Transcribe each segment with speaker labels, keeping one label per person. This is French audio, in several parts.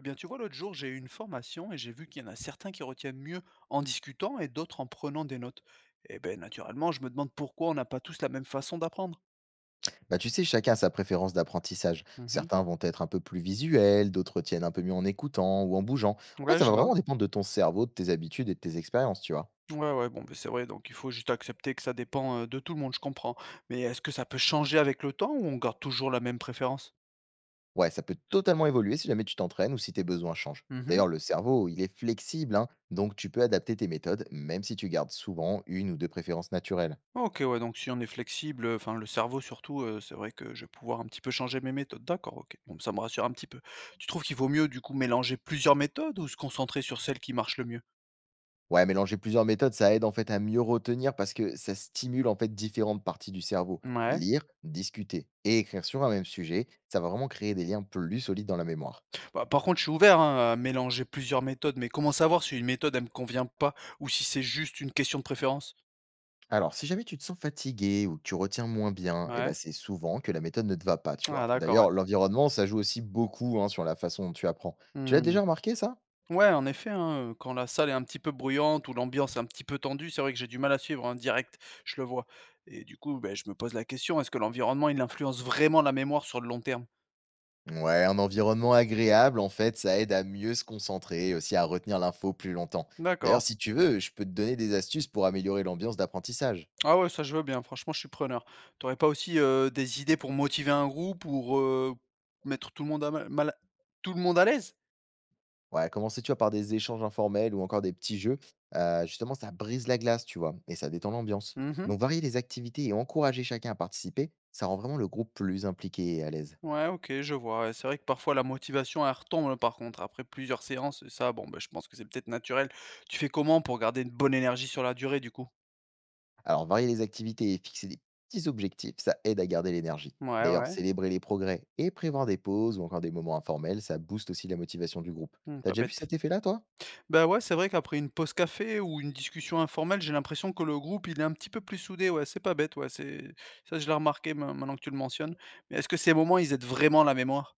Speaker 1: Eh bien, tu vois, l'autre jour, j'ai eu une formation et j'ai vu qu'il y en a certains qui retiennent mieux en discutant et d'autres en prenant des notes. Eh bien, naturellement, je me demande pourquoi on n'a pas tous la même façon d'apprendre.
Speaker 2: Bah, tu sais, chacun a sa préférence d'apprentissage.
Speaker 1: Mhm.
Speaker 2: Certains vont être un peu plus visuels, d'autres tiennent un peu mieux en écoutant ou en bougeant. En fait,
Speaker 1: Ouais,
Speaker 2: ça
Speaker 1: je
Speaker 2: va
Speaker 1: vois.
Speaker 2: vraiment dépendre de ton cerveau, de tes habitudes et de tes expériences, tu vois.
Speaker 1: Ouais, ouais, bon, ben, c'est vrai, donc il faut juste accepter que ça dépend de tout le monde, je comprends. Mais est-ce que ça peut changer avec le temps ou on garde toujours la même préférence?
Speaker 2: Ouais, ça peut totalement évoluer si jamais tu t'entraînes ou si tes besoins changent.
Speaker 1: Mhm.
Speaker 2: D'ailleurs, le cerveau, il est flexible, hein, donc tu peux adapter tes méthodes, même si tu gardes souvent une ou deux préférences naturelles.
Speaker 1: Ok, ouais, donc si on est flexible, enfin le cerveau surtout, c'est vrai que je vais pouvoir un petit peu changer mes méthodes. D'accord, ok. Bon, ça me rassure un petit peu. Tu trouves qu'il vaut mieux du coup mélanger plusieurs méthodes ou se concentrer sur celle qui marche le mieux?
Speaker 2: Ouais, mélanger plusieurs méthodes, ça aide en fait à mieux retenir parce que ça stimule en fait différentes parties du cerveau.
Speaker 1: Ouais.
Speaker 2: Lire, discuter et écrire sur un même sujet, ça va vraiment créer des liens plus solides dans la mémoire.
Speaker 1: Bah, par contre, je suis ouvert, hein, à mélanger plusieurs méthodes, mais comment savoir si une méthode, elle me convient pas ou si c'est juste une question de préférence?
Speaker 2: Alors, si jamais tu te sens fatigué ou que tu retiens moins bien, eh ben,
Speaker 1: Ouais.
Speaker 2: c'est souvent que la méthode ne te va pas, tu
Speaker 1: Ah
Speaker 2: vois.
Speaker 1: d'accord, ouais.
Speaker 2: D'ailleurs, l'environnement, ça joue aussi beaucoup hein, sur la façon dont tu apprends. Tu l'as
Speaker 1: Mmh.
Speaker 2: déjà remarqué, ça?
Speaker 1: Ouais, en effet, hein, quand la salle est un petit peu bruyante ou l'ambiance est un petit peu tendue, c'est vrai que j'ai du mal à suivre, hein, direct, je le vois et du coup, beh, je me pose la question, est-ce que l'environnement, il influence vraiment la mémoire sur le long terme?
Speaker 2: Ouais, un environnement agréable, en fait, ça aide à mieux se concentrer et aussi à retenir l'info plus longtemps. D'ailleurs,
Speaker 1: D'accord.
Speaker 2: si tu veux, je peux te donner des astuces pour améliorer l'ambiance d'apprentissage.
Speaker 1: Ah ouais, ça, je veux bien, franchement, je suis preneur. T'aurais pas aussi, des idées pour motiver un groupe, pour, mettre tout le monde à l'aise?
Speaker 2: Ouais, commencer, tu vois, par des échanges informels ou encore des petits jeux. Justement, ça brise la glace, tu vois, et ça détend l'ambiance.
Speaker 1: Mmh.
Speaker 2: Donc, varier les activités et encourager chacun à participer, ça rend vraiment le groupe plus impliqué et à l'aise.
Speaker 1: Ouais, OK, je vois. Ouais, c'est vrai que parfois la motivation, elle retombe par contre après plusieurs séances et ça, bon, bah, je pense que c'est peut-être naturel. Tu fais comment pour garder une bonne énergie sur la durée du coup?
Speaker 2: Alors, varier les activités et fixer des petits objectifs, ça aide à garder l'énergie.
Speaker 1: Ouais,
Speaker 2: D'ailleurs,
Speaker 1: ouais.
Speaker 2: célébrer les progrès et prévoir des pauses ou encore des moments informels, ça booste aussi la motivation du groupe.
Speaker 1: Mmh,
Speaker 2: T'as
Speaker 1: pas
Speaker 2: déjà vu
Speaker 1: bête.
Speaker 2: cet effet-là, toi?
Speaker 1: Bah ouais, c'est vrai qu'après une pause café ou une discussion informelle, j'ai l'impression que le groupe, il est un petit peu plus soudé. Ouais, c'est pas bête, ouais, c'est ça je l'ai remarqué maintenant que tu le mentionnes. Mais est-ce que ces moments, ils aident vraiment la mémoire?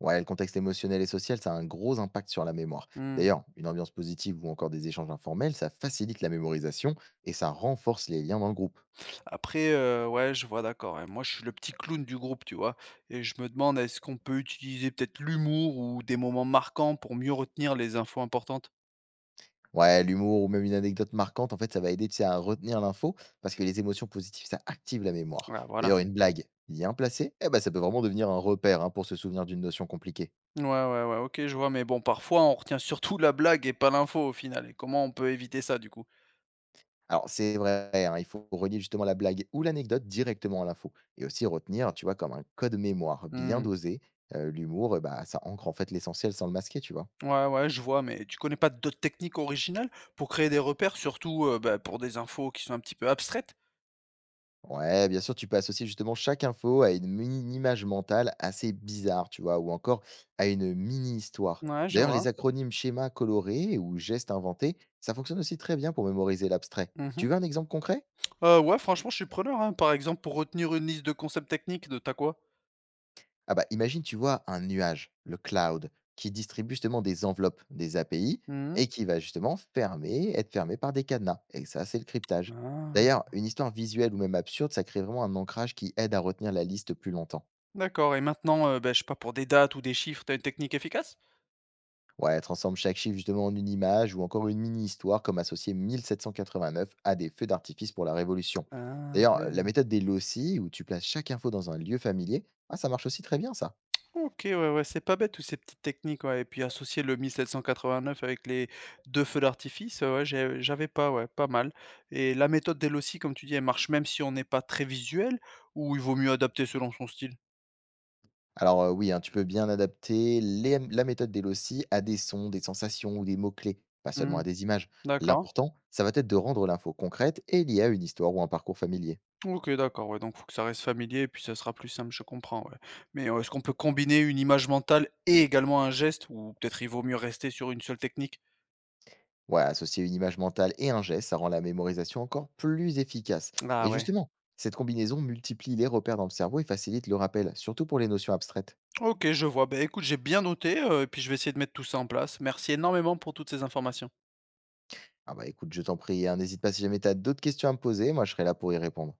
Speaker 2: Ouais, le contexte émotionnel et social, ça a un gros impact sur la mémoire.
Speaker 1: Mmh.
Speaker 2: D'ailleurs, une ambiance positive ou encore des échanges informels, ça facilite la mémorisation et ça renforce les liens dans le groupe.
Speaker 1: Après, ouais, je vois, d'accord, ouais. Moi, je suis le petit clown du groupe, tu vois? Et je me demande, est-ce qu'on peut utiliser peut-être l'humour ou des moments marquants pour mieux retenir les infos importantes?
Speaker 2: Ouais, l'humour ou même une anecdote marquante, en fait, ça va aider, tu sais, à retenir l'info parce que les émotions positives, ça active la mémoire.
Speaker 1: Ouais, voilà.
Speaker 2: D'ailleurs, une blague bien placée, eh ben, ça peut vraiment devenir un repère hein, pour se souvenir d'une notion compliquée.
Speaker 1: Ouais, ouais, ouais, OK, je vois, mais bon, parfois, on retient surtout la blague et pas l'info, au final. Et comment on peut éviter ça, du coup?
Speaker 2: Alors, c'est vrai, hein, il faut relier justement la blague ou l'anecdote directement à l'info et aussi retenir, tu vois, comme un code mémoire bien
Speaker 1: Mmh.
Speaker 2: dosé. L'humour, eh ben, ça ancre en fait l'essentiel sans le masquer, tu vois.
Speaker 1: Ouais, ouais, je vois, mais tu connais pas d'autres techniques originales pour créer des repères, surtout, bah, pour des infos qui sont un petit peu abstraites?
Speaker 2: Ouais, bien sûr, tu peux associer justement chaque info à une mini image mentale assez bizarre, tu vois, ou encore à une mini-histoire.
Speaker 1: Ouais, je
Speaker 2: D'ailleurs, les
Speaker 1: vois.
Speaker 2: acronymes schémas colorés ou gestes inventés, ça fonctionne aussi très bien pour mémoriser l'abstrait.
Speaker 1: Mmh
Speaker 2: Tu
Speaker 1: mh.
Speaker 2: veux un exemple concret?
Speaker 1: Ouais, franchement, je suis preneur, hein. Par exemple, pour retenir une liste de concepts techniques, de tu quoi?
Speaker 2: Ah bah imagine, tu vois un nuage, le cloud, qui distribue justement des enveloppes, des API,
Speaker 1: Mmh.
Speaker 2: et qui va justement être fermé par des cadenas. Et ça, c'est le cryptage.
Speaker 1: Ah,
Speaker 2: D'ailleurs, une histoire visuelle ou même absurde, ça crée vraiment un ancrage qui aide à retenir la liste plus longtemps.
Speaker 1: d'accord et maintenant, bah, je sais pas, pour des dates ou des chiffres, t'as une technique efficace?
Speaker 2: Ouais, transforme chaque chiffre justement en une image ou encore une mini-histoire comme associer 1789 à des feux d'artifice pour la Révolution.
Speaker 1: Ah
Speaker 2: D'ailleurs, la
Speaker 1: ouais.
Speaker 2: méthode des loci, où tu places chaque info dans un lieu familier, ah, ça marche aussi très bien ça.
Speaker 1: OK, ouais, ouais, c'est pas bête toutes ces petites techniques, ouais et puis associer le 1789 avec les 2 feux d'artifice, ouais, j'avais pas, ouais, pas mal et la méthode d'elle aussi, comme tu dis, elle marche même si on n'est pas très visuel ou il vaut mieux adapter selon son style?
Speaker 2: Alors oui, hein, tu peux bien adapter la méthode d'Elossi à des sons, des sensations ou des mots-clés, pas seulement
Speaker 1: Mmh,
Speaker 2: à des images.
Speaker 1: d'accord.
Speaker 2: L'important, ça va être de rendre l'info concrète et liée à une histoire ou un parcours familier.
Speaker 1: OK, d'accord, ouais, donc faut que ça reste familier et puis ça sera plus simple, je comprends, ouais. Mais, est-ce qu'on peut combiner une image mentale et également un geste ou peut-être il vaut mieux rester sur une seule technique?
Speaker 2: Ouais, associer une image mentale et un geste, ça rend la mémorisation encore plus efficace.
Speaker 1: Ah
Speaker 2: Et
Speaker 1: ouais.
Speaker 2: justement, cette combinaison multiplie les repères dans le cerveau et facilite le rappel, surtout pour les notions abstraites.
Speaker 1: OK, je vois. Bah, écoute, j'ai bien noté, et puis je vais essayer de mettre tout ça en place. Merci énormément pour toutes ces informations.
Speaker 2: Ah bah écoute, je t'en prie, hein, n'hésite pas si jamais tu as d'autres questions à me poser, moi je serai là pour y répondre.